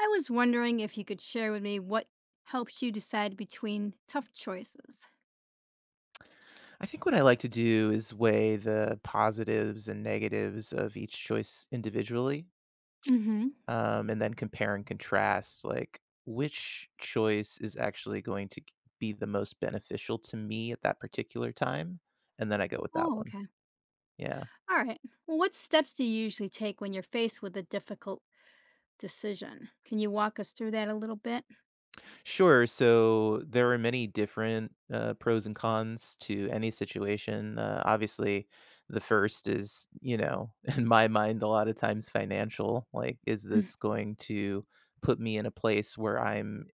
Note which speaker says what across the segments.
Speaker 1: I was wondering if you could share with me what helps you decide between tough choices.
Speaker 2: I think what I like to do is weigh the positives and negatives of each choice individually,
Speaker 1: Mm-hmm.
Speaker 2: and then compare and contrast, like which choice is actually going to be the most beneficial to me at that particular time, and then I go with that
Speaker 1: Oh,
Speaker 2: one.
Speaker 1: okay.
Speaker 2: Yeah.
Speaker 1: All right. Well, what steps do you usually take when you're faced with a difficult decision? Can you walk us through that a little bit?
Speaker 2: Sure. So there are many different pros and cons to any situation. Obviously, the first is, you know, in my mind, a lot of times financial. Like, is
Speaker 1: Mm.
Speaker 2: this going to put me in a place where I'm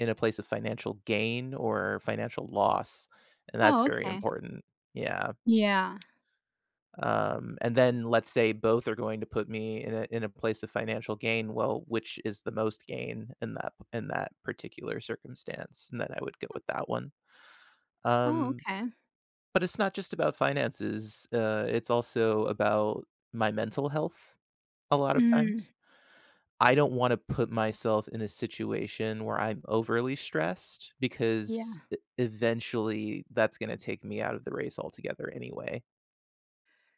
Speaker 2: in a place of financial gain or financial loss? And that's
Speaker 1: Oh,
Speaker 2: very
Speaker 1: okay.
Speaker 2: important. Yeah.
Speaker 1: Yeah.
Speaker 2: And then let's say both are going to put me in a place of financial gain. Well, which is the most gain in that particular circumstance? And then I would go with that one.
Speaker 1: Oh,
Speaker 2: Um,
Speaker 1: okay.
Speaker 2: but it's not just about finances. It's also about my mental health. A lot of
Speaker 1: Mm,
Speaker 2: times, I don't want to put myself in a situation where I'm overly stressed because
Speaker 1: yeah.
Speaker 2: eventually that's going to take me out of the race altogether anyway.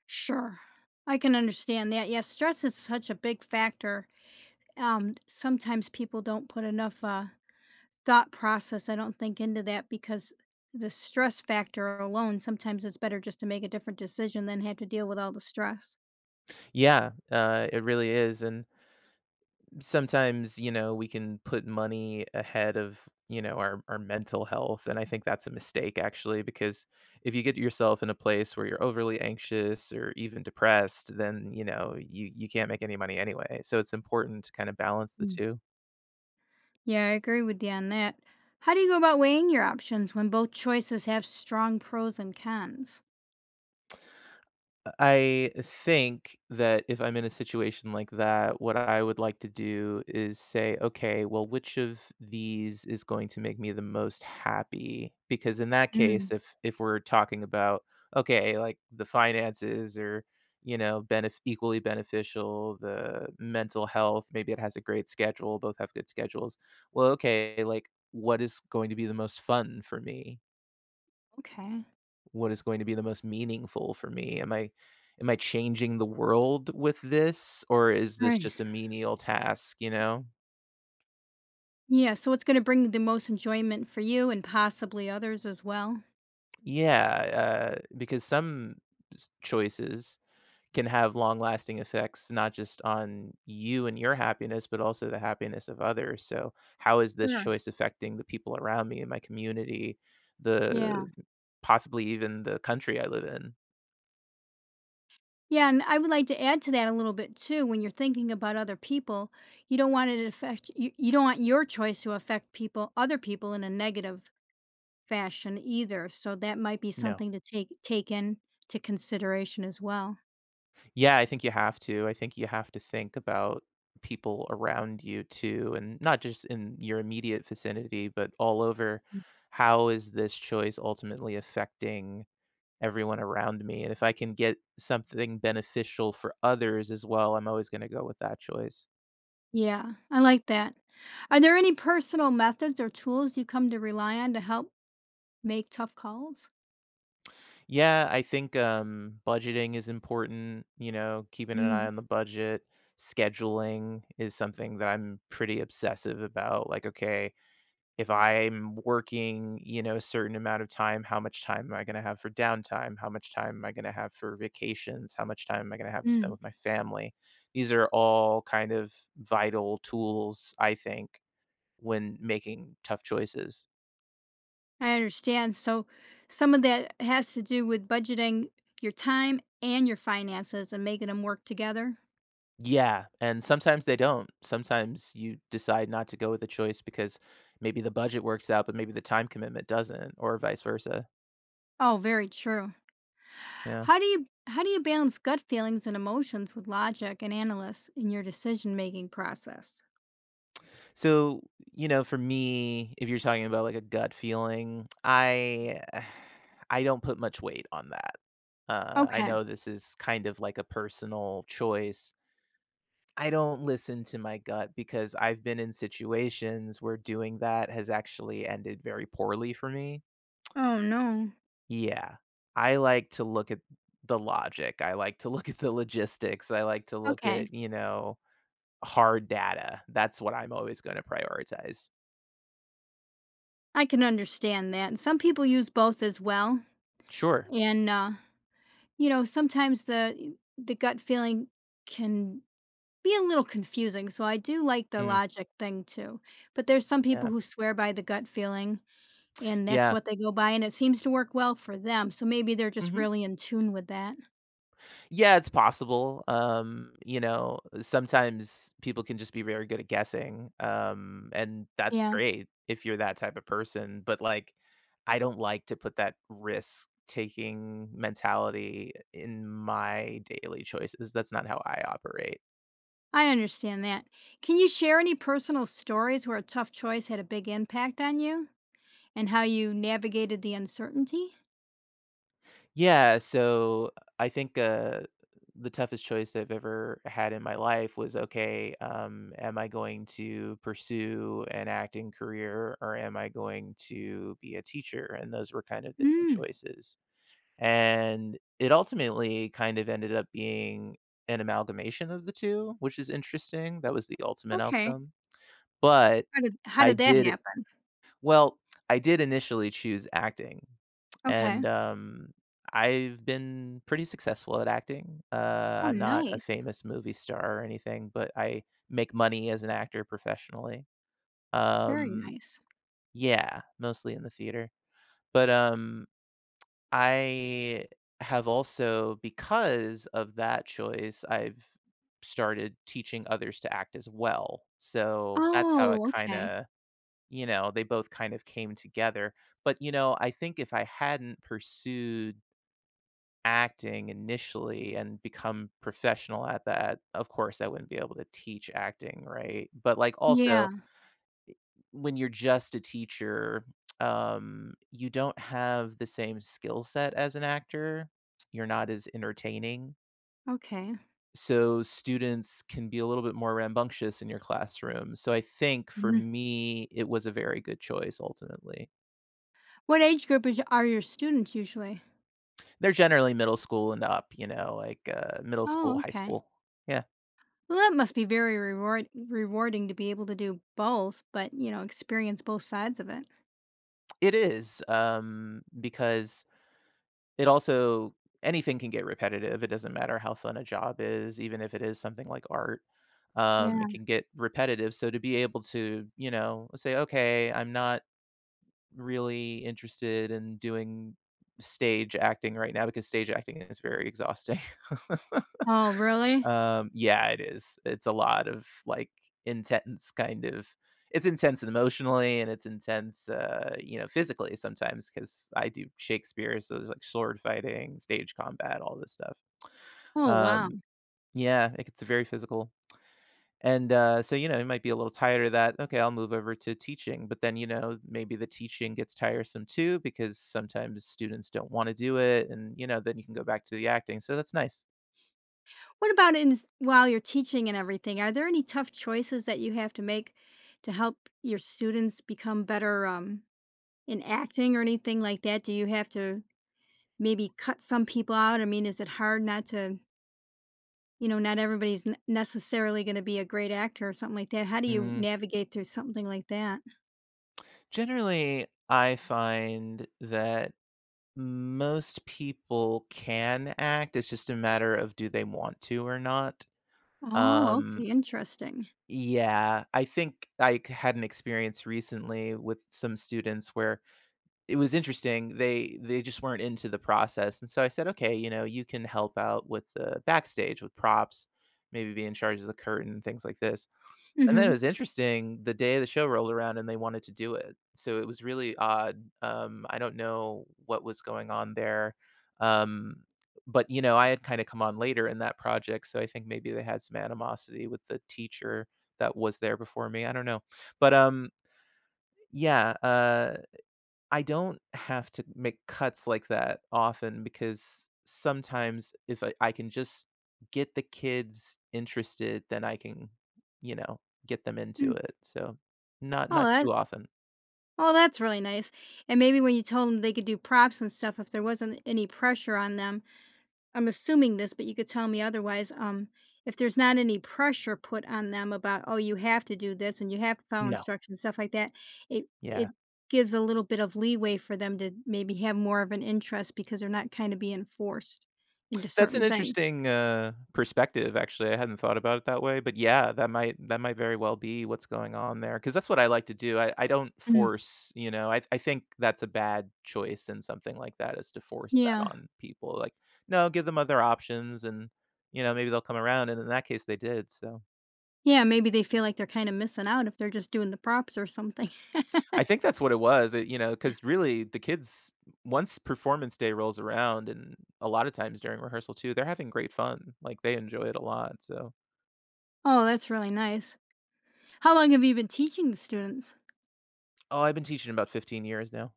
Speaker 1: Sure. I can understand that. Yeah, stress is such a big factor. Sometimes people don't put enough thought process, I don't think, into that because the stress factor alone, sometimes it's better just to make a different decision than have to deal with all the stress.
Speaker 2: Yeah, it really is, and sometimes, you know, we can put money ahead of, you know, our mental health, and I think that's a mistake actually because if you get yourself in a place where you're overly anxious or even depressed, then, you know, you can't make any money anyway. So it's important to kind of balance the
Speaker 1: Mm.
Speaker 2: 2.
Speaker 1: Yeah, I agree with you on that. How do you go about weighing your options when both choices have strong pros and cons?
Speaker 2: I think that if I'm in a situation like that, what I would like to do is say, okay, well, which of these is going to make me the most happy? Because in that
Speaker 1: Mm.
Speaker 2: case, if we're talking about okay, like the finances or you know, equally beneficial, the mental health, maybe it has a great schedule, both have good schedules. Well, okay, like what is going to be the most fun for me?
Speaker 1: Okay.
Speaker 2: What is going to be the most meaningful for me? Am I changing the world with this or is
Speaker 1: All
Speaker 2: this
Speaker 1: right.
Speaker 2: just a menial task, you know?
Speaker 1: Yeah, so what's going to bring the most enjoyment for you and possibly others as well?
Speaker 2: Yeah, because some choices can have long-lasting effects not just on you and your happiness but also the happiness of others. So, how is this
Speaker 1: Sure.
Speaker 2: choice affecting the people around me in my community,
Speaker 1: Yeah.
Speaker 2: the possibly even the country I live in?
Speaker 1: Yeah, and I would like to add to that a little bit too. When you're thinking about other people, you don't want it to affect you, you don't want your choice to affect people, other people in a negative fashion either. So that might be
Speaker 2: No.
Speaker 1: something to take into consideration as well.
Speaker 2: Yeah, I think you have to. I think you have to think about people around you too, and not just in your immediate vicinity, but all over.
Speaker 1: Mm.
Speaker 2: How is this choice ultimately affecting everyone around me? And if I can get something beneficial for others as well, I'm always going to go with that choice.
Speaker 1: Yeah, I like that. Are there any personal methods or tools you come to rely on to help make tough calls?
Speaker 2: Yeah, I think budgeting is important, you know, keeping an eye
Speaker 1: Mm,
Speaker 2: on the budget. Scheduling is something that I'm pretty obsessive about. Like, okay, if I'm working, you know, a certain amount of time, how much time am I going to have for downtime? How much time am I going to have for vacations? How much time am I going to have to spend
Speaker 1: mm.
Speaker 2: with my family? These are all kind of vital tools, I think, when making tough choices.
Speaker 1: I understand. So some of that has to do with budgeting your time and your finances and making them work together.
Speaker 2: Yeah, and sometimes they don't. Sometimes you decide not to go with a choice because maybe the budget works out, but maybe the time commitment doesn't, or vice versa.
Speaker 1: Oh, very true.
Speaker 2: Yeah.
Speaker 1: How do you balance gut feelings and emotions with logic and analysis in your decision making process?
Speaker 2: So, you know, for me, if you're talking about like a gut feeling, I I don't put much weight on that. I
Speaker 1: Okay.
Speaker 2: know this is kind of like a personal choice. I don't listen to my gut because I've been in situations where doing that has actually ended very poorly for me.
Speaker 1: Oh no.
Speaker 2: Yeah. I like to look at the logic. I like to look at the logistics. I like to look
Speaker 1: Okay.
Speaker 2: at, you know, hard data. That's what I'm always going to prioritize.
Speaker 1: I can understand that. And some people use both as well.
Speaker 2: Sure.
Speaker 1: And sometimes the gut feeling can be a little confusing. So I do like the logic thing too. But there's some people
Speaker 2: Yeah.
Speaker 1: who swear by the gut feeling and that's
Speaker 2: Yeah.
Speaker 1: what they go by and it seems to work well for them. So maybe they're just
Speaker 2: Mhm.
Speaker 1: really in tune with that.
Speaker 2: Yeah, it's possible. You know, sometimes people can just be very good at guessing, and that's
Speaker 1: Yeah.
Speaker 2: great if you're that type of person, but, like, I don't like to put that risk-taking mentality in my daily choices. That's not how I operate.
Speaker 1: I understand that. Can you share any personal stories where a tough choice had a big impact on you and how you navigated the uncertainty?
Speaker 2: Yeah, so I think, the toughest choice I've ever had in my life was, okay, am I going to pursue an acting career or am I going to be a teacher? And those were kind of the 2
Speaker 1: Mm,
Speaker 2: choices. And it ultimately kind of ended up being an amalgamation of the 2, which is interesting. That was the ultimate
Speaker 1: okay.
Speaker 2: outcome. But
Speaker 1: How did how
Speaker 2: I
Speaker 1: did that
Speaker 2: did
Speaker 1: happen?
Speaker 2: well, I did initially choose acting, and,
Speaker 1: Okay.
Speaker 2: I've been pretty successful at acting.
Speaker 1: Oh,
Speaker 2: I'm not a
Speaker 1: nice.
Speaker 2: famous movie star or anything, but I make money as an actor professionally.
Speaker 1: Very
Speaker 2: Um,
Speaker 1: nice.
Speaker 2: yeah, mostly in the theater. But, I have also because of that choice, I've started teaching others to act as well. So, that's how it
Speaker 1: Oh, okay.
Speaker 2: kinda you know, they both kind of came together. But, you know, I think if I hadn't pursued acting initially and become professional at that, of course, I wouldn't be able to teach acting, right? But like
Speaker 1: Yeah.
Speaker 2: also when you're just a teacher, you don't have the same skill set as an actor. You're not as entertaining.
Speaker 1: Okay.
Speaker 2: So students can be a little bit more rambunctious in your classroom. So I think for
Speaker 1: Mhm.
Speaker 2: me, it was a very good choice ultimately.
Speaker 1: What age group are your students usually?
Speaker 2: They're generally middle school and up, you know, like, middle
Speaker 1: Oh,
Speaker 2: school, high
Speaker 1: okay.
Speaker 2: school. Yeah,
Speaker 1: Well, that must be very rewarding to be able to do both, but you know, experience both sides of it.
Speaker 2: it is, because it also anything can get repetitive, it doesn't matter how fun a job is, even if it is something like art,
Speaker 1: Yeah.
Speaker 2: it can get repetitive, so to be able to, you know, say, "Okay, I'm not really interested in doing stage acting right now," because stage acting is very exhausting.
Speaker 1: Oh, really?
Speaker 2: Yeah, it is. It's a lot of like intense kind of it's intense emotionally and it's intense, you know, physically sometimes because I do Shakespeare, so there's like sword fighting, stage combat, all this stuff.
Speaker 1: Oh, wow.
Speaker 2: Um, yeah, it gets very physical. And so, you know, you might be a little tired of that. Okay, I'll move over to teaching. But then, you know, maybe the teaching gets tiresome too because sometimes students don't want to do it. And, you know, then you can go back to the acting. So that's nice.
Speaker 1: What about while you're teaching and everything? Are there any tough choices that you have to make to help your students become better in acting or anything like that? Do you have to maybe cut some people out? I mean, is it hard not to, not everybody's necessarily going to be a great actor or something like that? How do you navigate through something like that?
Speaker 2: Generally, I find that most people can act. It's just a matter of do they want to or not.
Speaker 1: Oh,
Speaker 2: Um,
Speaker 1: okay, interesting.
Speaker 2: yeah, I think had an experience recently with some students where it was interesting. They just weren't into the process, and so I said, okay, you know, you can help out with the backstage with props, maybe be in charge of the curtain, things like this and then it
Speaker 1: Mm-hmm.
Speaker 2: was interesting, the day the show rolled around and they wanted to do it. So it was really odd. I don't know what was going on there. Um, but, you know, I had kind of come on later in that project, so I think maybe they had some animosity with the teacher that was there before me, I don't know. But, yeah, I don't have to make cuts like that often because sometimes if I, I can just get the kids interested, then I can, you know, get them into
Speaker 1: Mm.
Speaker 2: it. So not
Speaker 1: Oh,
Speaker 2: not
Speaker 1: that
Speaker 2: too often.
Speaker 1: oh, that's really nice. And maybe when you told them they could do props and stuff, if there wasn't any pressure on them I'm assuming this, but you could tell me otherwise, if there's not any pressure put on them about, "Oh, you have to do this and you have to follow
Speaker 2: No.
Speaker 1: instructions," stuff like that, it
Speaker 2: Yeah.
Speaker 1: it gives a little bit of leeway for them to maybe have more of an interest because they're not kinda being forced into
Speaker 2: That's an
Speaker 1: certain things.
Speaker 2: interesting, perspective, actually, I hadn't thought about it that way, but yeah, that might very well be what's going on there, because that's what I like to do, I don't
Speaker 1: Mm,
Speaker 2: force, you know, I think that's a bad choice in something like that is to force that
Speaker 1: yeah.
Speaker 2: on people, like, no, give them other options and, you know, maybe they'll come around, and in that case, they did, so
Speaker 1: Yeah, maybe they feel like they're kinda missing out if they're just doing the props or something.
Speaker 2: I think that's what it was, it you know, because really, the kids once performance day rolls around, and a lot of times during rehearsal too, they're having great fun, like, they enjoy it a lot, so
Speaker 1: Oh, that's really nice. How long have you been teaching the students?
Speaker 2: Oh, I've been teaching about 15 years now.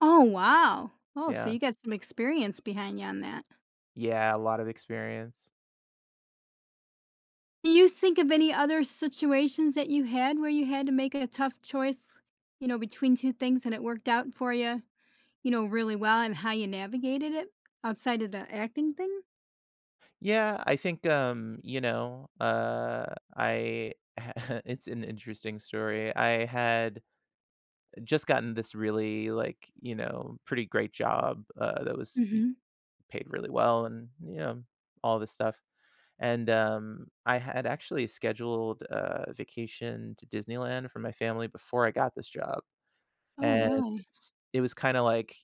Speaker 1: Oh, wow. Oh, so
Speaker 2: Yeah.
Speaker 1: you got some experience behind you on that.
Speaker 2: Yeah, a lot of experience.
Speaker 1: Can you think of any other situations that you had where you had to make a tough choice, between 2 things and it worked out for you, really well and how you navigated it outside of the acting thing?
Speaker 2: Yeah, I think, you know, I it's an interesting story. I had just gotten this really, like, you know, pretty great job, that was be
Speaker 1: Mhm.
Speaker 2: paid really well and, you know, all this stuff, and, I had actually scheduled a vacation to Disneyland for my family before I got this job,
Speaker 1: Oh,
Speaker 2: and
Speaker 1: really?
Speaker 2: s it was kinda like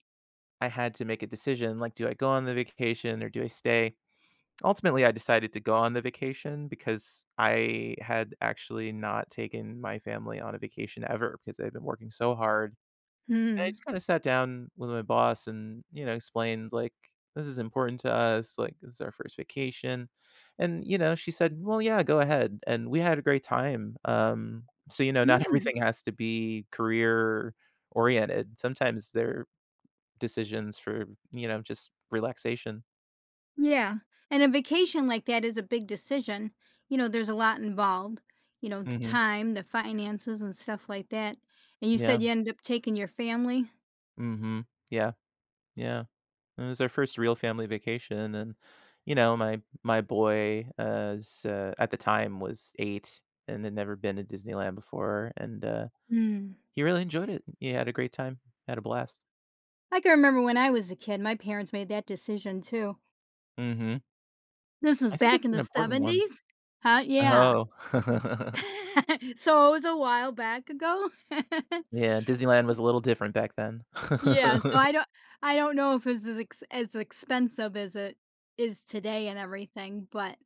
Speaker 2: I had to make a decision like, do I go on the vacation or do I stay? Ultimately, I decided to go on the vacation because I had actually not taken my family on a vacation ever because I've been working so hard. And I
Speaker 1: Mm.
Speaker 2: just kind of sat down with my boss and, you know, explained like, this is important to us. Like, this is our first vacation. And, you know, she said, well, yeah, go ahead. And we had a great time. So, you know, not
Speaker 1: Mm.
Speaker 2: everything has to be career oriented. Sometimes there decisions for, you know, just relaxation.
Speaker 1: Yeah, and a vacation like that is a big decision. You know, there's a lot involved, the
Speaker 2: Mhm.
Speaker 1: time, the finances, and stuff like that, and you said
Speaker 2: Yeah.
Speaker 1: you ended up taking your family?
Speaker 2: Mhm. Yeah. Yeah. It was our first real family vacation and, you know, my boy, is, at the time was 8 and had never been to Disneyland before, and,
Speaker 1: Mm.
Speaker 2: he really enjoyed it. He had a great time, had a blast.
Speaker 1: I can remember when I was a kid, my parents made that decision too.
Speaker 2: Mhm.
Speaker 1: This was
Speaker 2: I think
Speaker 1: back in
Speaker 2: it's an
Speaker 1: the
Speaker 2: important one.
Speaker 1: 70s? Huh? Yeah.
Speaker 2: Oh.
Speaker 1: So, it was a while back ago?
Speaker 2: Yeah, Disneyland was a little different back then.
Speaker 1: Yeah, so I don't know if it's as expensive as it is today and everything, but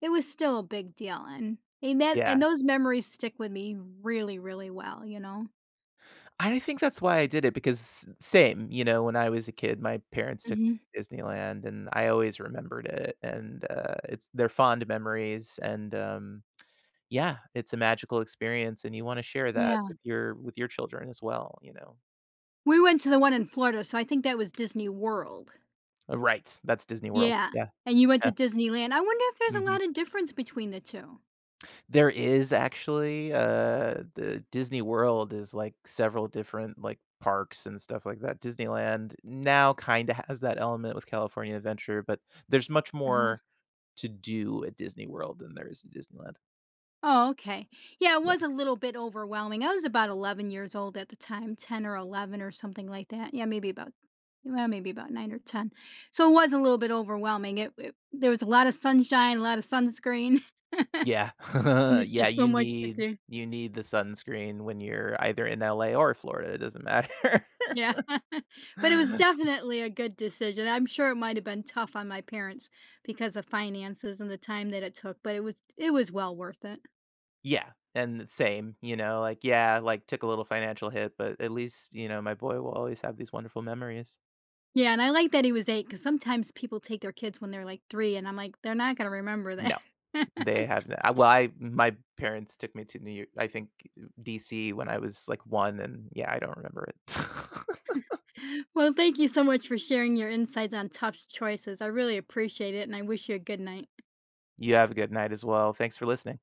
Speaker 1: it was still a big deal, and
Speaker 2: Yeah.
Speaker 1: those memories stick with me really, really well, you know?
Speaker 2: I think that's why I did it because same, you know, when I was a kid, my parents took
Speaker 1: Mhm.
Speaker 2: me to Disneyland, and I always remembered it, and, it's they're fond memories, and, yeah, it's a magical experience, and you wanna share that
Speaker 1: Yeah.
Speaker 2: with your children as well, you know?
Speaker 1: We went to the one in Florida, so I think that was Disney World.
Speaker 2: Right, that's Disney World.
Speaker 1: Yeah,
Speaker 2: Yeah,
Speaker 1: and you went to
Speaker 2: yeah,
Speaker 1: Disneyland. I wonder if there's a
Speaker 2: mhm.
Speaker 1: lot of difference between the 2.
Speaker 2: There is actually, the Disney World is, like, several different, like, parks and stuff like that. Disneyland now kinda has that element with California Adventure, but there's much
Speaker 1: Uh-huh.
Speaker 2: more to do at Disney World than there is at Disneyland.
Speaker 1: Oh, okay. Yeah, it was a little bit overwhelming. I was about 11 years old at the time, 10 or 11 or something like that. Yeah, maybe about well, maybe about 9 or 10. So it was a little bit overwhelming. It there was a lot of sunshine, a lot of sunscreen,
Speaker 2: Yeah. Yeah.
Speaker 1: and there's
Speaker 2: Yeah,
Speaker 1: just so
Speaker 2: you
Speaker 1: much to
Speaker 2: need
Speaker 1: do.
Speaker 2: you need the sunscreen when you're either in LA or Florida, it doesn't matter.
Speaker 1: Yeah. But it was definitely a good decision. I'm sure it might have been tough on my parents because of finances and the time that it took, but it was well worth it.
Speaker 2: Yeah, and same, you know, like, yeah, like, took a little financial hit, but at least, you know, my boy will always have these wonderful memories.
Speaker 1: Yeah, and I like that he was 8 because sometimes people take their kids when they're, like, 3, and I'm like, they're not gonna remember that.
Speaker 2: No, they have n I well, I my parents took me to New York I think DC when I was, like, 1, and, yeah, I don't remember it.
Speaker 1: Well, thank you so much for sharing your insights on tough choices. I really appreciate it, and I wish you a good night.
Speaker 2: You have a good night as well. Thanks for listening.